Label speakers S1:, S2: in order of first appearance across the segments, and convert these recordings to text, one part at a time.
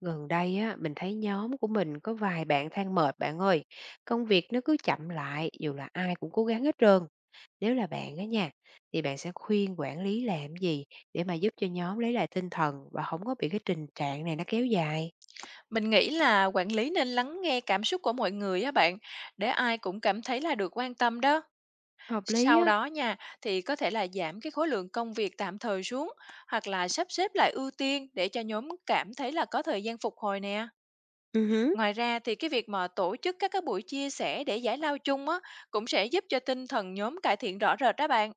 S1: Gần đây á, mình thấy nhóm của mình có vài bạn than mệt bạn ơi. Công việc nó cứ chậm lại dù là ai cũng cố gắng hết trơn. Nếu là bạn á nha, thì bạn sẽ khuyên quản lý làm gì để mà giúp cho nhóm lấy lại tinh thần và không có bị cái tình trạng này nó kéo dài.
S2: Mình nghĩ là quản lý nên lắng nghe cảm xúc của mọi người á bạn, để ai cũng cảm thấy là được quan tâm đó.
S1: Hợp lý
S2: Sau
S1: á.
S2: đó nha, thì có thể là giảm cái khối lượng công việc tạm thời xuống, hoặc là sắp xếp lại ưu tiên để cho nhóm cảm thấy là có thời gian phục hồi nè.
S1: Ừ hứ.
S2: Ngoài ra thì cái việc mà tổ chức các cái buổi chia sẻ để giải lao chung á, cũng sẽ giúp cho tinh thần nhóm cải thiện rõ rệt đó bạn.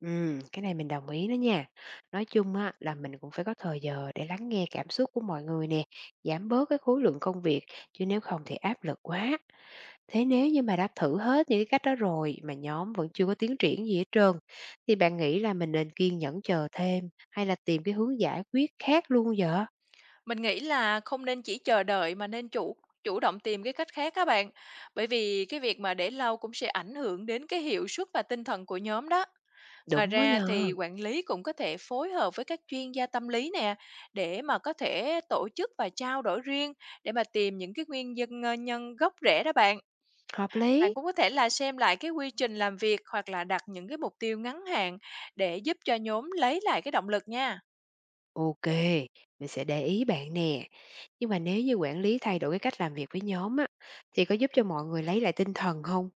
S1: Ừ, cái này mình đồng ý đó nha. Nói chung á, là mình cũng phải có thời giờ để lắng nghe cảm xúc của mọi người nè, giảm bớt cái khối lượng công việc, chứ nếu không thì áp lực quá. Thế nếu như mà đã thử hết những cái cách đó rồi mà nhóm vẫn chưa có tiến triển gì hết trơn, thì bạn nghĩ là mình nên kiên nhẫn chờ thêm hay là tìm cái hướng giải quyết khác luôn vậy?
S2: Mình nghĩ là không nên chỉ chờ đợi mà nên chủ chủ động tìm cái cách khác các bạn. Bởi vì cái việc mà để lâu cũng sẽ ảnh hưởng đến cái hiệu suất và tinh thần của nhóm đó. Ngoài
S1: Đúng đó
S2: ra thì
S1: nhờ,
S2: quản lý cũng có thể phối hợp với các chuyên gia tâm lý nè, để mà có thể tổ chức và trao đổi riêng để mà tìm những cái nguyên nhân nhân gốc rễ đó bạn.
S1: hợp
S2: Bạn
S1: lý.
S2: cũng có thể là xem lại cái quy trình làm việc hoặc là đặt những cái mục tiêu ngắn hạn để giúp cho nhóm lấy lại cái động lực nha.
S1: Ok, mình sẽ để ý bạn nè. Nhưng mà nếu như quản lý thay đổi cái cách làm việc với nhóm á, thì có giúp cho mọi người lấy lại tinh thần không?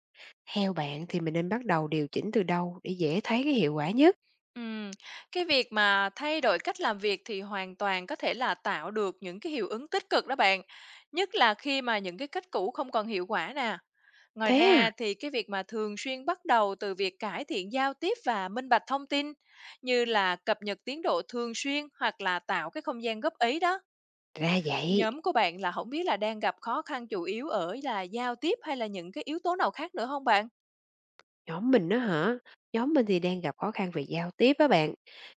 S1: Theo bạn thì mình nên bắt đầu điều chỉnh từ đâu để dễ thấy cái hiệu quả nhất?
S2: Ừm, cái việc mà thay đổi cách làm việc thì hoàn toàn có thể là tạo được những cái hiệu ứng tích cực đó bạn, nhất là khi mà những cái cách cũ không còn hiệu quả nè. Ngoài
S1: Thế
S2: ra
S1: à?
S2: thì cái việc mà thường xuyên bắt đầu từ việc cải thiện giao tiếp và minh bạch thông tin, như là cập nhật tiến độ thường xuyên hoặc là tạo cái không gian góp ý đó.
S1: Ra vậy.
S2: Nhóm của bạn là không biết là đang gặp khó khăn chủ yếu ở là giao tiếp hay là những cái yếu tố nào khác nữa không bạn?
S1: Nhóm mình á hả? Nhóm mình thì đang gặp khó khăn về giao tiếp á bạn.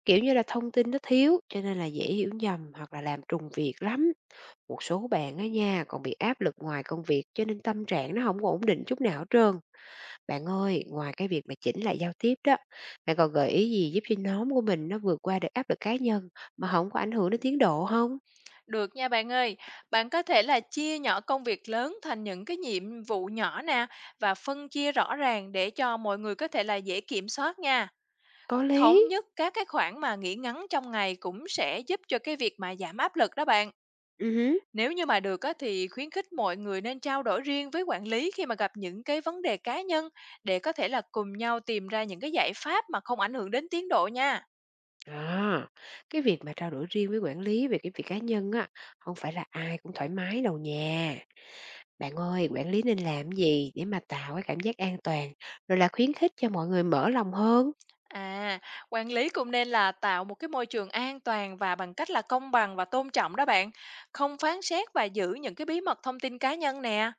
S1: Kiểu như là thông tin nó thiếu cho nên là dễ hiểu nhầm hoặc là làm trùng việc lắm. Một số bạn á nha còn bị áp lực ngoài công việc cho nên tâm trạng nó không có ổn định chút nào hết trơn. Bạn ơi, ngoài cái việc mà chỉnh lại giao tiếp đó, bạn còn gợi ý gì giúp cho nhóm của mình nó vượt qua được áp lực cá nhân mà không có ảnh hưởng đến tiến độ không?
S2: Được nha bạn ơi, bạn có thể là chia nhỏ công việc lớn thành những cái nhiệm vụ nhỏ nè, và phân chia rõ ràng để cho mọi người có thể là dễ kiểm soát nha.
S1: Có lý.
S2: Thống nhất các cái khoảng mà nghỉ ngắn trong ngày cũng sẽ giúp cho cái việc mà giảm áp lực đó bạn.
S1: Ừ hứ.
S2: Nếu như mà được á, thì khuyến khích mọi người nên trao đổi riêng với quản lý khi mà gặp những cái vấn đề cá nhân, để có thể là cùng nhau tìm ra những cái giải pháp mà không ảnh hưởng đến tiến độ nha.
S1: À, cái việc mà trao đổi riêng với quản lý về cái việc cá nhân á, không phải là ai cũng thoải mái đâu nha. Bạn ơi, quản lý nên làm gì để mà tạo cái cảm giác an toàn, rồi là khuyến khích cho mọi người mở lòng hơn?
S2: À, quản lý cũng nên là tạo một cái môi trường an toàn và bằng cách là công bằng và tôn trọng đó bạn, không phán xét và giữ những cái bí mật thông tin cá nhân nè.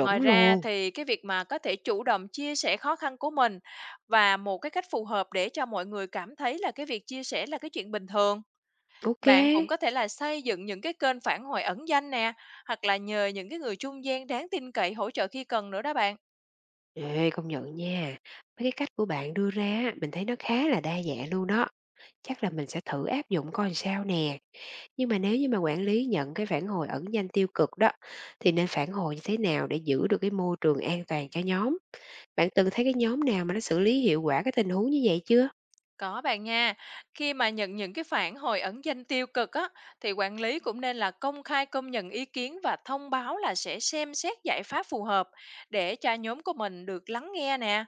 S2: Ngoài ra
S1: luôn.
S2: thì cái việc mà có thể chủ động chia sẻ khó khăn của mình và một cái cách phù hợp, để cho mọi người cảm thấy là cái việc chia sẻ là cái chuyện bình thường.
S1: Ok.
S2: Bạn cũng có thể là xây dựng những cái kênh phản hồi ẩn danh nè, hoặc là nhờ những cái người trung gian đáng tin cậy hỗ trợ khi cần nữa đó bạn.
S1: Ê, công nhận nha, mấy cái cách của bạn đưa ra á, mình thấy nó khá là đa dạng luôn đó. Chắc là mình sẽ thử áp dụng coi làm sao nè. Nhưng mà nếu như mà quản lý nhận cái phản hồi ẩn danh tiêu cực đó, thì nên phản hồi như thế nào để giữ được cái môi trường an toàn cho nhóm? Bạn từng thấy cái nhóm nào mà nó xử lý hiệu quả cái tình huống như vậy chưa?
S2: Có bạn nha, khi mà nhận những cái phản hồi ẩn danh tiêu cực á, thì quản lý cũng nên là công khai công nhận ý kiến và thông báo là sẽ xem xét giải pháp phù hợp, để cho nhóm của mình được lắng nghe nè.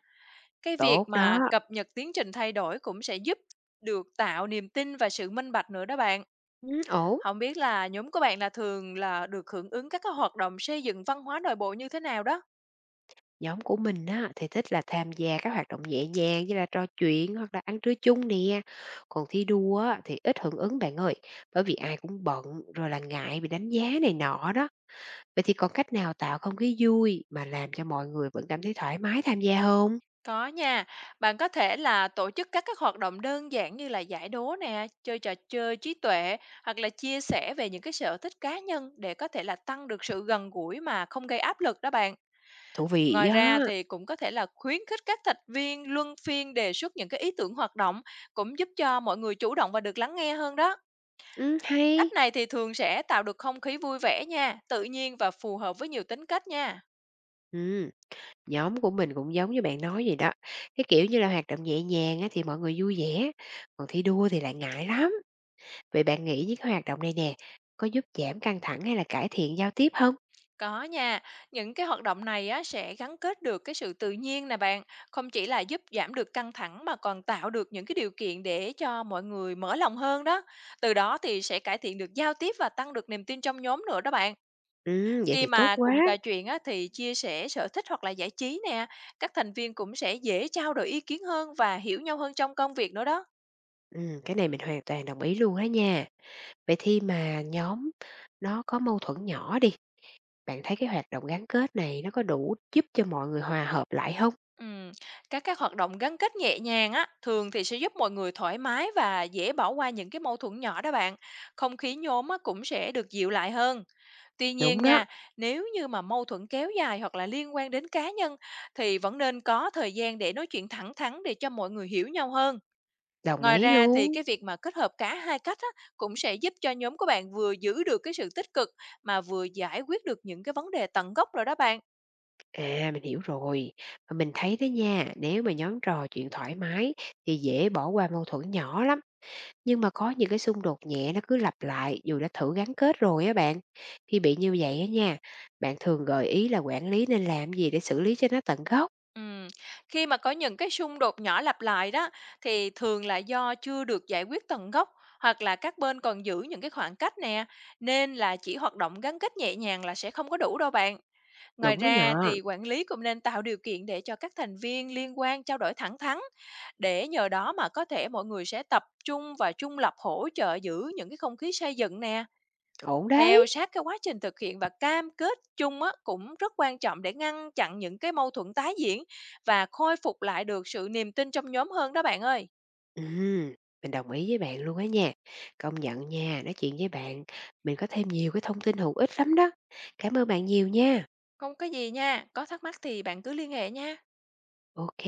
S2: Cái việc
S1: Tốt
S2: mà
S1: đó.
S2: cập nhật tiến trình thay đổi cũng sẽ giúp được tạo niềm tin và sự minh bạch nữa đó bạn.
S1: Ừ, ổn.
S2: Không biết là nhóm của bạn là thường là được hưởng ứng các cái hoạt động xây dựng văn hóa nội bộ như thế nào đó?
S1: Nhóm của mình á, thì thích là tham gia các hoạt động nhẹ nhàng như là trò chuyện hoặc là ăn trưa chung nè. Còn thi đua á, thì ít hưởng ứng bạn ơi, bởi vì ai cũng bận rồi là ngại bị đánh giá này nọ đó. Vậy thì còn cách nào tạo không khí vui mà làm cho mọi người vẫn cảm thấy thoải mái tham gia không?
S2: Có nha, bạn có thể là tổ chức các hoạt động đơn giản như là giải đố nè, chơi trò chơi trí tuệ, hoặc là chia sẻ về những cái sở thích cá nhân để có thể là tăng được sự gần gũi mà không gây áp lực đó bạn.
S1: Thú vị
S2: Ngoài
S1: á.
S2: ra thì cũng có thể là khuyến khích các thành viên luân phiên đề xuất những cái ý tưởng hoạt động, cũng giúp cho mọi người chủ động và được lắng nghe hơn đó.
S1: Ừ,
S2: Cách
S1: hay.
S2: này thì thường sẽ tạo được không khí vui vẻ nha, tự nhiên và phù hợp với nhiều tính cách nha.
S1: Ừ, nhóm của mình cũng giống như bạn nói vậy đó. Cái kiểu như là hoạt động nhẹ nhàng á, thì mọi người vui vẻ, còn thi đua thì lại ngại lắm. Vậy bạn nghĩ những cái hoạt động này nè, có giúp giảm căng thẳng hay là cải thiện giao tiếp không?
S2: Có nha, những cái hoạt động này á, sẽ gắn kết được cái sự tự nhiên nè bạn, không chỉ là giúp giảm được căng thẳng mà còn tạo được những cái điều kiện để cho mọi người mở lòng hơn đó. Từ đó thì sẽ cải thiện được giao tiếp và tăng được niềm tin trong nhóm nữa đó bạn.
S1: Vậy
S2: Khi
S1: thì tốt
S2: mà
S1: quá.
S2: cùng trò chuyện á, thì chia sẻ sở thích hoặc là giải trí nè, các thành viên cũng sẽ dễ trao đổi ý kiến hơn và hiểu nhau hơn trong công việc nữa đó.
S1: Cái này mình hoàn toàn đồng ý luôn á nha. Vậy thì mà nhóm nó có mâu thuẫn nhỏ đi, bạn thấy cái hoạt động gắn kết này nó có đủ giúp cho mọi người hòa hợp lại không?
S2: Ừm, các cái hoạt động gắn kết nhẹ nhàng á, thường thì sẽ giúp mọi người thoải mái và dễ bỏ qua những cái mâu thuẫn nhỏ đó bạn. Không khí nhóm á, cũng sẽ được dịu lại hơn. Tuy
S1: Đúng
S2: nhiên
S1: đó,
S2: nha, nếu như mà mâu thuẫn kéo dài hoặc là liên quan đến cá nhân thì vẫn nên có thời gian để nói chuyện thẳng thắn, để cho mọi người hiểu nhau hơn.
S1: đồng
S2: Ngoài
S1: ý
S2: ra thì
S1: luôn.
S2: cái việc mà kết hợp cả hai cách á, cũng sẽ giúp cho nhóm của bạn vừa giữ được cái sự tích cực mà vừa giải quyết được những cái vấn đề tận gốc rồi đó bạn.
S1: À, mình hiểu rồi. Mà mình thấy đó nha, nếu mà nhóm trò chuyện thoải mái thì dễ bỏ qua mâu thuẫn nhỏ lắm. Nhưng mà có những cái xung đột nhẹ nó cứ lặp lại dù đã thử gắn kết rồi á bạn. Khi bị như vậy á nha, bạn thường gợi ý là quản lý nên làm gì để xử lý cho nó tận gốc.
S2: Ừm, Khi mà có những cái xung đột nhỏ lặp lại đó thì thường là do chưa được giải quyết tận gốc, hoặc là các bên còn giữ những cái khoảng cách nè, nên là chỉ hoạt động gắn kết nhẹ nhàng là sẽ không có đủ đâu bạn. Ngoài
S1: Đúng đó
S2: ra
S1: nhỏ,
S2: thì quản lý cũng nên tạo điều kiện để cho các thành viên liên quan trao đổi thẳng thắn, để nhờ đó mà có thể mọi người sẽ tập trung và trung lập hỗ trợ giữ những cái không khí xây dựng nè.
S1: ổn
S2: Theo
S1: đấy.
S2: sát cái quá trình thực hiện và cam kết chung á, cũng rất quan trọng để ngăn chặn những cái mâu thuẫn tái diễn và khôi phục lại được sự niềm tin trong nhóm hơn đó bạn ơi.
S1: Ừ, mình đồng ý với bạn luôn á nha. Công nhận nha, nói chuyện với bạn, mình có thêm nhiều cái thông tin hữu ích lắm đó. Cảm ơn bạn nhiều nha.
S2: Không có gì nha, có thắc mắc thì bạn cứ liên hệ nha.
S1: Ok.